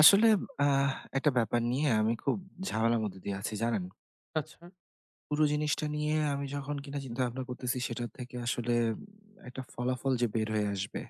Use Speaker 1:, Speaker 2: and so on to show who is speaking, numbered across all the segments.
Speaker 1: আসলে আহ একটা ব্যাপার নিয়ে আমি খুব ঝামেলার মধ্যে দিয়ে আছি জানেন।
Speaker 2: আচ্ছা।
Speaker 1: পুরো জিনিসটা নিয়ে আমি যখন কিনা চিন্তাভাবনা করতেছি সেটা থেকে আসলে একটা ফলাফল যে বের হয়ে আসবে,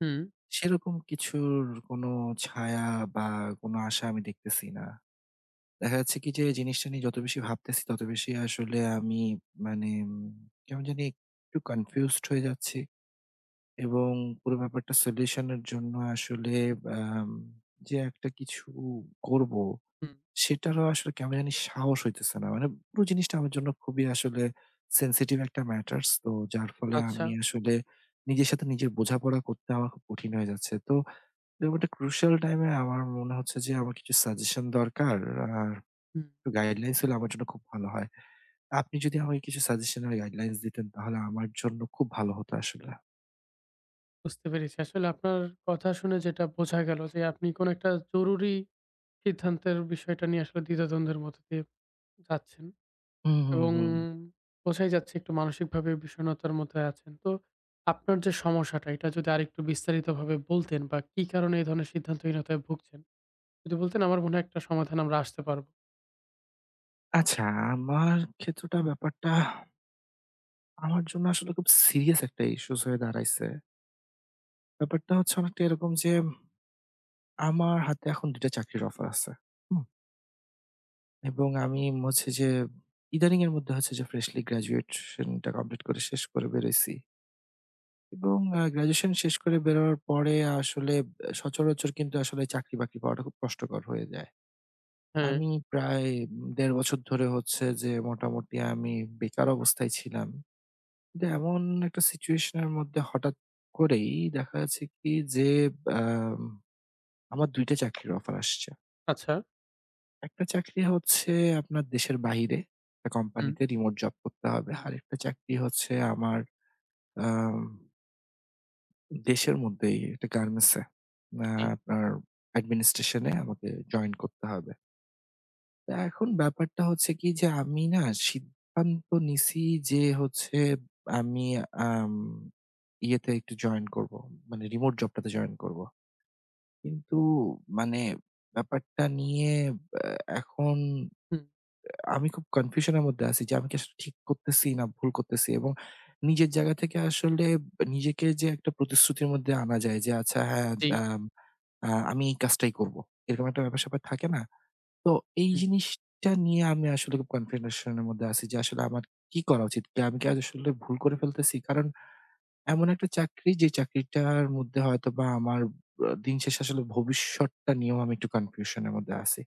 Speaker 2: হুম,
Speaker 1: সেরকম কিছুর কোনো ছায়া বা কোনো আশা আমি দেখতেছি না। দেখা যাচ্ছে কি যে জিনিসটা নিয়ে যত বেশি ভাবতেছি তত বেশি আসলে আমি মানে কেমন জানি একটু কনফিউজড হয়ে যাচ্ছি, এবং পুরো ব্যাপারটা সলিউশন এর জন্য আসলে আম যে একটা কিছু করব
Speaker 2: হুম।
Speaker 1: সেটারও আসলে কেমন জানি সাহস হইতেছে না। মানে পুরো জিনিসটা আমার জন্য খুবই আসলে sensitive একটা matters, তো যার ফলে
Speaker 2: আচ্ছা।
Speaker 1: আমি আসলে নিজের সাথে নিজের বোঝাপড়া করতে আমার খুব কঠিন হয়ে যাচ্ছে। তো এরকম একটা crucial time এ আমার মনে হচ্ছে যে আমার কিছু সাজেশন দরকার। আর
Speaker 2: হুম।
Speaker 1: একটু গাইডলাইনস হলে আমার জন্য খুব ভালো হয়। আপনি যদি আমাকে কিছু সাজেশন আর গাইডলাইনস দিতেন, তাহলে আমার জন্য খুব ভালো হতো আসলে।
Speaker 2: বুঝতে পেরেছি। আসলে আপনার কথা শুনে যেটা বোঝা গেল যে আপনি কোনো একটা জরুরি সিদ্ধান্তের বিষয়টা নিয়ে আসলে দ্বিধাদ্বন্দ্বের মধ্য দিয়ে যাচ্ছেন
Speaker 1: হুম, হুম,
Speaker 2: এবং
Speaker 1: হুম।
Speaker 2: বোঝাই যাচ্ছে একটু মানসিকভাবে বিষণ্ণতার মধ্যে আছেন। তো আপনার যে সমস্যাটা এটা যদি আরেকটু বিস্তারিতভাবে বলতেন বা কি কারণে এই ধরনের সিদ্ধান্তহীনতায় ভুগছেন? যদি বলতেন আমার মনে হয় একটা সমাধান আমরা আসতে পারব।
Speaker 1: আচ্ছা, আমার ক্ষেত্রটা ব্যাপারটা আমার জন্য আসলে খুব সিরিয়াস একটা ইস্যুস হয়ে দাঁড়াইছে। ব্যাপারটা হচ্ছে অনেকটা এরকম যে আমার হাতে এখন ২ টা চাকরির অফার আছে। হুম? এবং আমি হচ্ছে যে, ইদানিং এর মধ্যে হচ্ছে যে ফ্রেশলি গ্র্যাজুয়েশনটা কমপ্লিট করে শেষ করে বেরোইছি। এবং গ্র্যাজুয়েশন শেষ করে বেরোনোর পরে আসলে সচরাচর কিন্তু আসলে চাকরি-বাকরি পাওয়াটা খুব কষ্টকর হয়ে যায়।
Speaker 2: হ্যাঁ।
Speaker 1: আমি প্রায় ১.৫ বছর ধরে হচ্ছে যে মোটামুটি আমি বেকার অবস্থায় ছিলাম। কিন্তু এমন একটা সিচুয়েশন এর মধ্যে হঠাৎ করেই দেখা যাচ্ছে কি যে আম আমার ২ টা চাকরির অফার আসছে।
Speaker 2: আচ্ছা।
Speaker 1: একটা চাকরি হচ্ছে আপনার দেশের বাহিরে একটা
Speaker 2: হুম।
Speaker 1: কোম্পানিতে রিমোট জব করতে হবে। আরেকটা চাকরি হচ্ছে আমার আম দেশের মধ্যেই একটা গার্মেন্টসে আ
Speaker 2: জি।
Speaker 1: আপনার অ্যাডমিনিস্ট্রেশন এ আমাকে জয়েন করতে হবে। তো এখন ব্যাপারটা হচ্ছে কি যে আমি না সিদ্ধান্ত নিছি যে হচ্ছে আমি আম ইয়েতে একটু জয়েন করব। মানে রিমোট জবটাতে জয়েন করব। কিন্তু মানে ব্যাপারটা নিয়ে আ এখন
Speaker 2: হুম।
Speaker 1: আমি খুব কনফিউশন এর মধ্যে আছি যে আমি কি আসলে ঠিক করতেছি না ভুল করতেছি, এবং নিজের জায়গা থেকে আসলে নিজেকে যে একটা প্রতিশ্রুতির মধ্যে আনা যায় যে আচ্ছা হ্যাঁ,
Speaker 2: জি।
Speaker 1: আম, আ আমি এই কাজটাই করব। এরকম একটা ব্যাপার-স্যাপার থাকে না? তো এই
Speaker 2: হুম,
Speaker 1: জিনিসটা নিয়ে আমি আসলে খুব কনফিউশন এর মধ্যে আছি যে আসলে আমার কি করা উচিত? আমি কি আজ আসলে ভুল করে ফেলতেছি? কারণ এমন একটা চাকরি যে চাকরিটার মধ্যে হয়তোবা আমার দিন শেষে আসলে ভবিষ্যৎটা নিয়েও আমি একটু কনফিউশন এর মধ্যে আছি।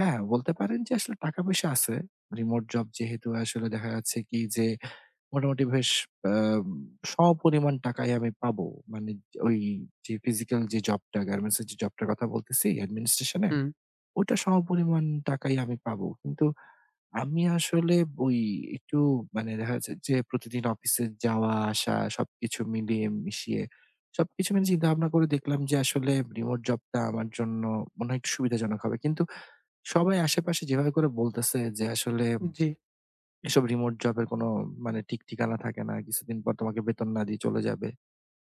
Speaker 1: হ্যাঁ, বলতে পারেন যে আসলে টাকা-পয়সা আছে। রিমোট জব যেহেতু আসলে দেখা যাচ্ছে কি যে মোটামুটি বেশ আ সমপরিমাণ টাকাই আমি পাবো। মানে ওই যে ফিজিক্যাল যে জবটা, গার্মেন্টস এর যে জবটার কথা বলতেছি অ্যাডমিনিস্ট্রেশন এ,
Speaker 2: হুম।
Speaker 1: ওটা সমপরিমাণ টাকাই আমি পাবো। কিন্তু আমি আসলে ওই একটু মানে দেখা যাচ্ছে যে প্রতিদিন অফিসে যাওয়া আসা সবকিছু মিলিয়ে মিশিয়ে সবকিছু মিলে চিন্তা ভাবনা করে দেখলাম যে আসলে রিমোট জবটা আমার জন্য মনে হয় একটু সুবিধাজনক হবে। কিন্তু সবাই আশেপাশে যেভাবে করে বলতেছে যে আসলে
Speaker 2: জি।
Speaker 1: এসব রিমোট জবের কোনো মানে ঠিক ঠিকানা থাকে না। কিছুদিন পর তোমাকে বেতন না দিয়ে চলে যাবে।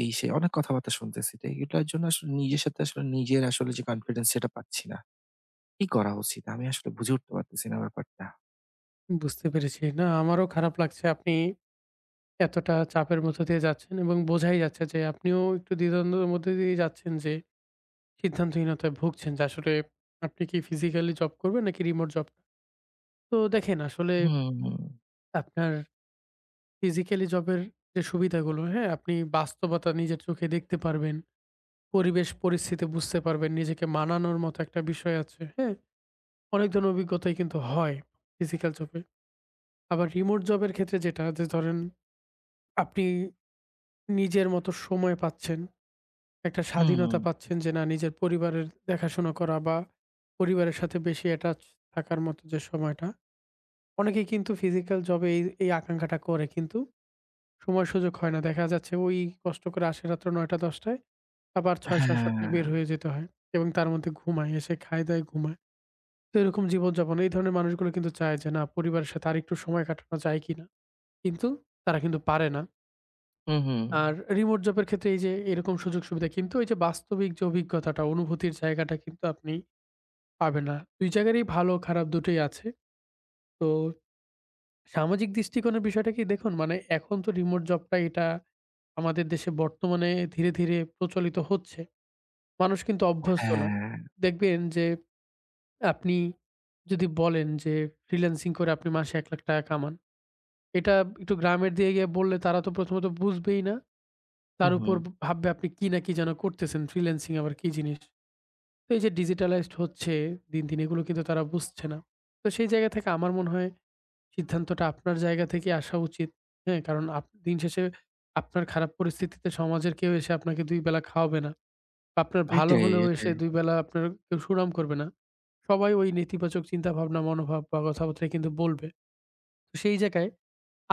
Speaker 1: এই সেই অনেক কথাবার্তা শুনতেছি। তো এগুলোর জন্য আসলে নিজের সাথে আসলে নিজের আসলে যে কনফিডেন্স সেটা পাচ্ছি না। কি করা উচিত? আমি আসলে বুঝে উঠতে পারতেছি না ব্যাপারটা।
Speaker 2: বুঝতে পেরেছি। না আমারও খারাপ লাগছে আপনি এতটা চাপের মধ্য দিয়ে যাচ্ছেন এবং বোঝাই যাচ্ছে যে আপনিও একটু দ্বিধাদ্বন্দ্বের মধ্যে দিয়ে যাচ্ছেন যে সিদ্ধান্তহীনতায় ভুগছেন যে আসলে আপনি কি ফিজিক্যালি জব করবেন নাকি রিমোট জব? তো দেখেন আসলে
Speaker 1: হুম, হুম,
Speaker 2: আপনার ফিজিক্যালি জবের যে সুবিধাগুলো, হ্যাঁ? আপনি বাস্তবতা নিজের চোখে দেখতে পারবেন। পরিবেশ পরিস্থিতি বুঝতে পারবেন। নিজেকে মানানোর মতো একটা বিষয় আছে, হ্যাঁ? অনেক ধরনের অভিজ্ঞতাই কিন্তু হয় ফিজিক্যাল জবে। আবার রিমোট জবের ক্ষেত্রে যেটা যে ধরেন আপনি নিজের মতো সময় পাচ্ছেন। একটা
Speaker 1: হুম।
Speaker 2: স্বাধীনতা পাচ্ছেন যে না নিজের পরিবারের দেখাশোনা করা বা পরিবারের সাথে বেশি অ্যাটাচ থাকার মতো যে সময়টা। অনেকেই কিন্তু ফিজিক্যাল জবে এই আকাঙ্খাটা করে কিন্তু সময় সুযোগ হয় না। দেখা যাচ্ছে ওই কষ্ট করে আসে রাত্র ৯ঃ০০-১০ঃ০০ টায় আবার ৬ঃ০০-৭ঃ০০ টায় বের
Speaker 1: হ্যাঁ,
Speaker 2: হয়ে যেতে হয় এবং তার মধ্যে ঘুমায়। এসে খায়-দায় ঘুমায়। তো এরকম জীবনযাপন এই ধরনের মানুষগুলো কিন্তু চায় যে না পরিবারের সাথে আরেকটু সময় কাটানো যায় কিনা? কিন্তু তারা কিন্তু পারে না।
Speaker 1: হুম, হুম।
Speaker 2: আর রিমোট জবের ক্ষেত্রে এই যে এরকম সুযোগ-সুবিধা কিন্তু এই যে বাস্তবিক যে অভিজ্ঞতাটা, অনুভূতির জায়গাটা কিন্তু আপনি পাবেন না। ২ জায়গারই ভালো খারাপ দুটোই আছে। তো সামাজিক দৃষ্টিকোণের বিষয়টা কি দেখুন মানে এখন তো রিমোট জবটা এটা আমাদের দেশে বর্তমানে ধীরে, ধীরে প্রচলিত হচ্ছে। মানুষ কিন্তু অভ্যস্ত না।
Speaker 1: হ্যাঁ,
Speaker 2: দেখবেন যে আপনি যদি বলেন যে ফ্রিল্যান্সিং করে আপনি মাসে ৳১,০০,০০০ টাকা কামান। এটা একটু গ্রামের দিকে গিয়ে বললে তারা তো প্রথমত বুঝবেই না।
Speaker 1: হুম,
Speaker 2: তার
Speaker 1: হুম।
Speaker 2: উপর ভাববে আপনি কি না কি যেন করতেছেন, ফ্রিল্যান্সিং আবার কি জিনিস? তো এই যে ডিজিটালাইজড হচ্ছে দিন, দিন এগুলো কিন্তু তারা বুঝছে না। তো সেই জায়গা থেকে আমার মনে হয় সিদ্ধান্তটা আপনার জায়গা থেকে আসা উচিত। হ্যাঁ? কারণ দিন শেষে আপনার খারাপ পরিস্থিতিতে সমাজের কেউ এসে আপনাকে ২ বেলা খাওয়াবে না। বা আপনার ভালো
Speaker 1: এটাই,
Speaker 2: হলেও এসে
Speaker 1: এটাই।
Speaker 2: ২ বেলা আপনার কেউ সুনাম করবে না। সবাই ওই নেতিবাচক চিন্তাভাবনা, মনোভাব বা কথাবার্তাই কিন্তু বলবে। তো সেই জায়গায়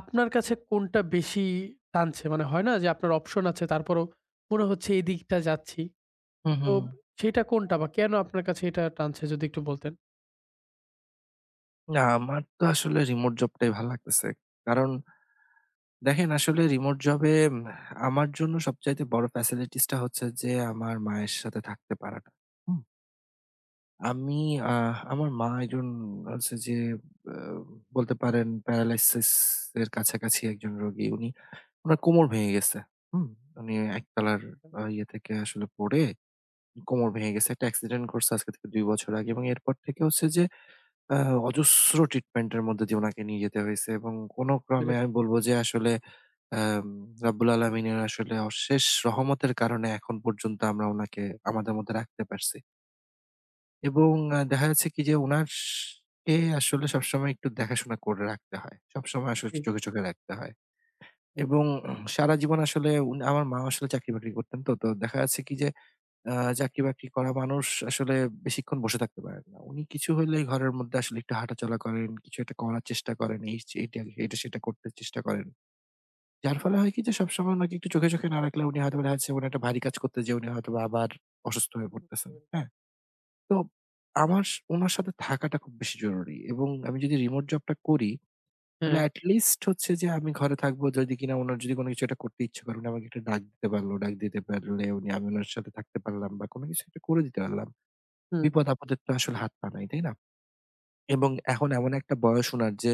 Speaker 2: আপনার কাছে কোনটা বেশি টানছে? মানে হয় না যে আপনার অপশন আছে তারপরও মনে হচ্ছে এই দিকটা যাচ্ছি।
Speaker 1: হুম,
Speaker 2: তো
Speaker 1: হুম।
Speaker 2: সেটা কোনটা বা কেন আপনার কাছে এটা টানছে যদি একটু বলতেন?
Speaker 1: না, আমার তো আসলে রিমোট জবটাই ভাল লাগতেছে। কারণ দেখেন আসলে রিমোট জবে আমার জন্য সবচাইতে বড় ফ্যাসিলিটিস টা হচ্ছে যে আমার মায়ের সাথে থাকতে পারাটা। হুম। আমি আমার মা একজন হচ্ছে যে আ বলতে পারেন প্যারালাইসিস এর কাছাকাছি একজন রোগী। উনি উনার কোমর ভেঙে গেছে। হুম? উনি একতলার ইয়ে থেকে আসলে পড়ে কোমর ভেঙে গেছে। একটা অ্যাক্সিডেন্ট ঘটছে আজকে থেকে ২ বছর আগে, এবং এরপর থেকে হচ্ছে যে আ অজস্র ট্রিটমেন্ট এর মধ্যে দিয়ে উনাকে নিয়ে যেতে হইছে, এবং কোন
Speaker 2: বুঝতে
Speaker 1: ক্রমে
Speaker 2: পেরেছি।
Speaker 1: আমি বলব যে আসলে আম রাব্বুল আলামিনের আসলে অশেষ রহমতের কারণে এখন পর্যন্ত আমরা উনাকে আমাদের মধ্যে রাখতে পারছি। এবং দেখা যাচ্ছে কি যে উনার কে আসলে সবসময় একটু দেখাশোনা করে রাখতে হয়। সবসময় আসলে
Speaker 2: জি।
Speaker 1: একটু চোখে, চোখে রাখতে হয়। এবং সারা জীবন আসলে আমার মা আসলে চাকরি-বাকরি করতেন, তো দেখা যাচ্ছে কি যে আ চাকরি-বাকরি করা মানুষ আসলে বেশিক্ষণ বসে থাকতে পারেন না। উনি কিছু হইলেই ঘরের মধ্যে আসলে একটু হাঁটাচলা করেন, কিছু একটা করার চেষ্টা করেন। এই সে এটা এটা সেটা করতে চেষ্টা করেন। যার ফলে হয় কি যে সবসময় উনাকে একটু চোখে, চোখে না রাখলে উনি হয়তোবা, দেখা যাচ্ছে উনি একটা ভারী কাজ করতে যেয়ে উনি হয়তোবা আবার অসুস্থ হয়ে পড়তেছেন। হ্যাঁ? তো আমার উনার সাথে থাকাটা খুব বেশি জরুরি, এবং আমি যদি রিমোট জবটা করি তাহলে
Speaker 2: হ্যাঁ,
Speaker 1: এট লিস্ট হচ্ছে যে আমি ঘরে থাকবো, যদি কিনা উনার যদি কোন কিছু একটা করতে ইচ্ছে করে উনি আমাকে একটা ডাক দিতে পারলো। ডাক দিতে পারলে উনি, আমি উনার সাথে থাকতে পারলাম বা কোন কিছু একটা করে দিতে পারলাম।
Speaker 2: হুম,
Speaker 1: বিপদ-আপদে তো আসলে হাত পা নাই, তাই না? এবং এখন এমন একটা বয়স উনার যে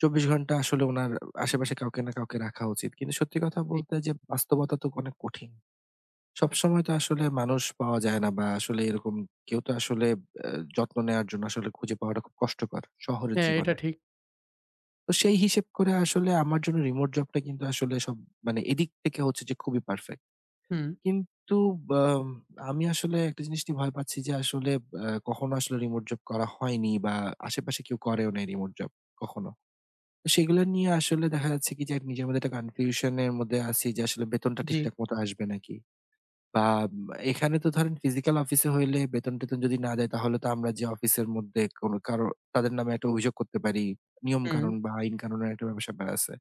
Speaker 1: ২৪ ঘন্টা আসলে উনার আশেপাশে কাউকে না কাউকে রাখা উচিত। কিন্তু সত্যি কথা
Speaker 2: জি।
Speaker 1: বলতে যে বাস্তবতা তো অনেক কঠিন। সবসময় তো আসলে মানুষ পাওয়া যায় না, বা আসলে এরকম কেউ তো আসলে আ যত্ন নেওয়ার জন্য আসলে খুঁজে পাওয়াটা খুব কষ্টকর শহরের
Speaker 2: হ্যাঁ, এটা
Speaker 1: জীবনে।
Speaker 2: ঠিক।
Speaker 1: তো সেই হিসেব করে আসলে আমার জন্য রিমোট জবটা কিন্তু আসলে সব মানে এদিক থেকে হচ্ছে যে খুবই পারফেক্ট।
Speaker 2: হুম,
Speaker 1: কিন্তু বাম আমি আসলে একটা জিনিস নিয়ে ভয় পাচ্ছি যে আসলে কখনো আসলে রিমোট জব করা হয়নি, বা আশেপাশে কেউ করেও নাই রিমোট জব কখনো। তো সেগুলো নিয়ে আসলে দেখা যাচ্ছে কি যে নিজের মধ্যে একটা কনফিউশন এর মধ্যে আছি যে আসলে বেতনটা
Speaker 2: জি,
Speaker 1: ঠিকঠাক মতো আসবে নাকি? বা এখানে তো ধরেন ফিজিক্যাল অফিসে হইলে বেতন-টেতন যদি না দেয় তাহলে তো আমরা যে অফিসের মধ্যে কোনো কারো, তাদের নামে একটা অভিযোগ করতে পারি। নিয়ম
Speaker 2: হুম,
Speaker 1: কানুন বা আইন কানুনের একটা ব্যাপার-স্যাপার আছে।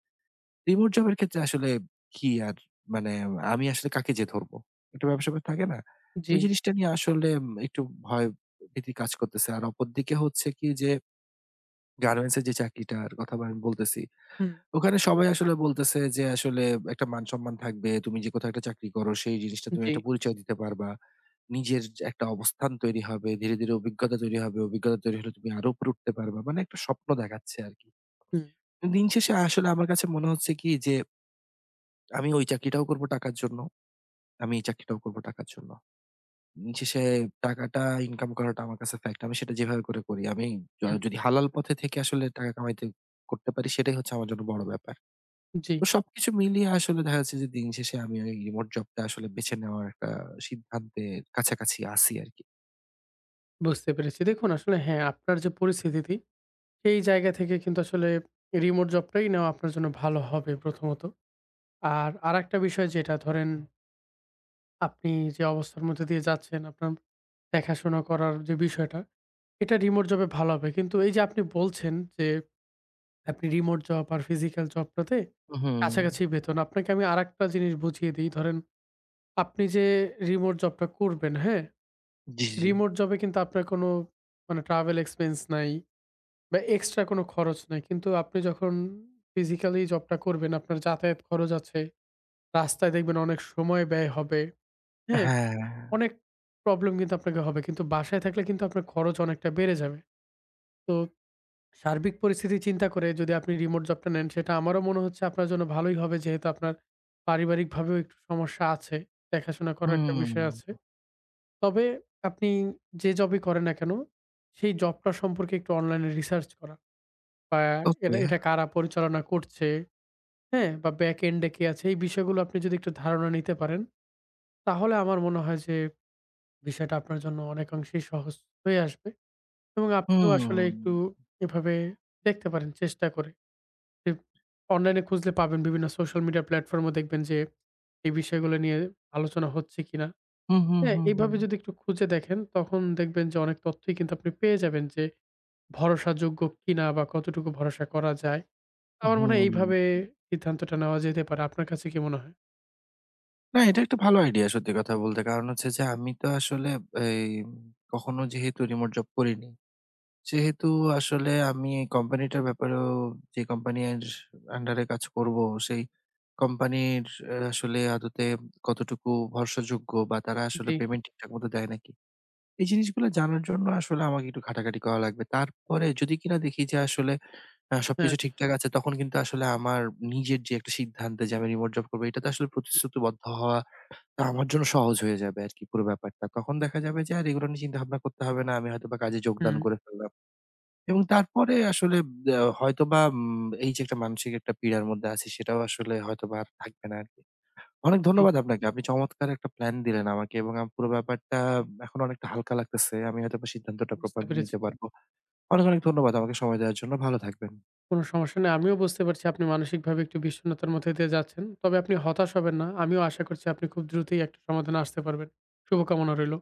Speaker 1: রিমোট জবের ক্ষেত্রে আসলে কি আর মানে আমি আসলে কাকে যে ধরবো? একটা ব্যাপার-স্যাপার থাকে না?
Speaker 2: জি,
Speaker 1: ওই জিনিসটা নিয়ে আসলে একটু ভয় ভীতি কাজ করতেছে। আর অপরদিকে হচ্ছে কি যে গার্মেন্টস এর যে চাকরিটার কথা বা আমি বলতেছি,
Speaker 2: হুম,
Speaker 1: ওখানে সবাই আসলে বলতেছে যে আসলে একটা মান-সম্মান থাকবে। তুমি যে কোথাও একটা চাকরি করো সেই জিনিসটা তুমি
Speaker 2: জি,
Speaker 1: একটা পরিচয় দিতে পারবা। নিজের একটা অবস্থান তৈরি হবে। ধীরে, ধীরে অভিজ্ঞতা তৈরি হবে। অভিজ্ঞতা তৈরি হলে তুমি আরো উপরে উঠতে পারবা। মানে একটা স্বপ্ন দেখাচ্ছে আরকি।
Speaker 2: হুম,
Speaker 1: দিন শেষে আসলে আমার কাছে মনে হচ্ছে কি যে আমি ওই চাকরিটাও করব টাকার জন্য। আমি এই চাকরিটাও করব টাকার জন্য। দিন শেষে টাকাটা ইনকাম করাটা আমার কাছে ফ্যাক্ট। আমি সেটা যেভাবে করে করি। আমি
Speaker 2: হুম,
Speaker 1: যদি হালাল পথে থেকে আসলে টাকা কামাইতে করতে পারি সেটাই হচ্ছে আমার জন্য বড় ব্যাপার।
Speaker 2: জি।
Speaker 1: তো সবকিছু মিলিয়ে আসলে দেখা যাচ্ছে যে দিন শেষে আমি ওই রিমোট জবটা আসলে বেছে নেওয়ার একটা সিদ্ধান্তের কাছাকাছি আছি আরকি।
Speaker 2: বুঝতে পেরেছি। দেখুন আসলে হ্যাঁ, আপনার যে পরিস্থিতিটি সেই জায়গা থেকে কিন্তু আসলে রিমোট জবটাই নেওয়া আপনার জন্য ভালো হবে প্রথমত। আর আরেকটা বিষয় যেটা ধরেন আপনি যে অবস্থার মধ্যে দিয়ে যাচ্ছেন, আপনার দেখাশোনা করার যে বিষয়টা, এটা রিমোট জবে ভালো হবে। কিন্তু এই যে আপনি বলছেন যে, আপনি রিমোট জব আর ফিজিক্যাল জবটাতে
Speaker 1: হুম,
Speaker 2: কাছাকাছি বেতন। আপনাকে আমি আরেকটা জিনিস বুঝিয়ে দিই। ধরেন, আপনি যে রিমোট জবটা করবেন, হ্যাঁ?
Speaker 1: জি, জি।
Speaker 2: রিমোট জবে কিন্তু আপনার কোনো মানে ট্রাভেল এক্সপেন্স নাই বা এক্সট্রা কোনো খরচ নাই। কিন্তু আপনি যখন ফিজিক্যালি জবটা করবেন, আপনার যাতায়াত খরচ আছে। রাস্তায় দেখবেন অনেক সময় ব্যয় হবে, হ্যাঁ?
Speaker 1: হ্যাঁ,
Speaker 2: অনেক প্রবলেম কিন্তু আপনাকে হবে। কিন্তু বাসায় থাকলে কিন্তু আপনার খরচ অনেকটা বেড়ে যাবে। তো সার্বিক পরিস্থিতি চিন্তা করে যদি আপনি রিমোট জবটা নেন, সেটা আমারও মনে হচ্ছে আপনার জন্য ভালোই হবে। যেহেতু আপনার পারিবারিকভাবেও একটু সমস্যা আছে। দেখাশোনা করার একটা বিষয়
Speaker 1: হুম,
Speaker 2: আছে। তবে আপনি যে জবই করেন না কেন, সেই জবটা সম্পর্কে একটু অনলাইনে রিসার্চ করা বা এটা
Speaker 1: ওকে।
Speaker 2: এটা কারা পরিচালনা করছে, হ্যাঁ? বা ব্যাক এন্ড এ কে আছে, এই বিষয়গুলো আপনি যদি একটু ধারণা নিতে পারেন, তাহলে আমার মনে হয় যে বিষয়টা আপনার জন্য অনেকাংশেই সহজ হয়ে আসবে। এবং আপনিও
Speaker 1: হুম,
Speaker 2: আসলে একটু এভাবে দেখতে পারেন চেষ্টা করে। যে অনলাইনে খুঁজলে পাবেন বিভিন্ন সোশ্যাল মিডিয়া প্ল্যাটফর্মও দেখবেন যে এই বিষয়গুলো নিয়ে আলোচনা হচ্ছে কিনা।
Speaker 1: হুম, হুম,
Speaker 2: হ্যাঁ,
Speaker 1: হুম, হুম,
Speaker 2: এইভাবে যদি একটু খুঁজে দেখেন তখন দেখবেন যে অনেক তথ্যই কিন্তু আপনি পেয়ে যাবেন যে ভরসাযোগ্য কিনা বা কতটুকু ভরসা করা যায়। আমার মনে হয়
Speaker 1: হুম।
Speaker 2: এইভাবে সিদ্ধান্তটা নেওয়া যেতে পারে। আপনার কাছে কি মনে হয়?
Speaker 1: না, এটা একটা ভালো আইডিয়া সত্যি কথা বলতে। কারণ হচ্ছে যে আমি তো আসলে এই কখনো যেহেতু রিমোট জব করিনি, সেহেতু আসলে আমি এই কোম্পানিটার ব্যাপারেও, যে কোম্পানির আন্ডারে কাজ করব, সেই কোম্পানির আসলে আদতে কতটুকু ভরসাযোগ্য বা তারা আসলে
Speaker 2: জি,
Speaker 1: পেমেন্ট ঠিকঠাক মতো দেয় নাকি? এই জিনিসগুলো জানার জন্য আসলে আমাকে একটু ঘাটাঘাটি করা লাগবে। তারপরে যদি কিনা দেখি যে আসলে
Speaker 2: হ্যাঁ,
Speaker 1: সবকিছু ঠিকঠাক আছে, তখন কিন্তু আসলে আমার নিজের যে একটা সিদ্ধান্তে, যে আমি রিমোট জব করব, এটাতে আসলে প্রতিশ্রুতিবদ্ধ হওয়া আমার জন্য সহজ হয়ে যাবে আরকি পুরো ব্যাপারটা। তখন দেখা যাবে যে আর এগুলো নিয়ে চিন্তাভাবনা করতে হবে না। আমি হয়তোবা কাজে যোগদান
Speaker 2: হুম,
Speaker 1: করে ফেললাম। এবং তারপরে আসলে হয়তোবা এই যে একটা মানসিক একটা পীড়ার মধ্যে আছি সেটাও আসলে হয়তোবা আর থাকবে না আরকি। অনেক
Speaker 2: জি।
Speaker 1: ধন্যবাদ আপনাকে। আপনি চমৎকার একটা প্ল্যান দিলেন আমাকে, এবং পুরো ব্যাপারটা এখন অনেকটা হালকা লাগতেছে। আমি হয়তোবা সিদ্ধান্তটা
Speaker 2: বুঝতে
Speaker 1: প্রপারলি
Speaker 2: পেরেছি।
Speaker 1: নিতে পারবো। অনেক, অনেক ধন্যবাদ আমাকে সময় দেওয়ার জন্য। ভালো থাকবেন।
Speaker 2: কোনো সমস্যা নেই। আমিও বুঝতে পারছি আপনি মানসিকভাবে একটু বিষণ্ণতার মধ্যে দিয়ে যাচ্ছেন। তবে আপনি হতাশ হবেন না। আমিও আশা করছি আপনি খুব দ্রুতই একটা সমাধানে আসতে পারবেন। শুভকামনা রইল।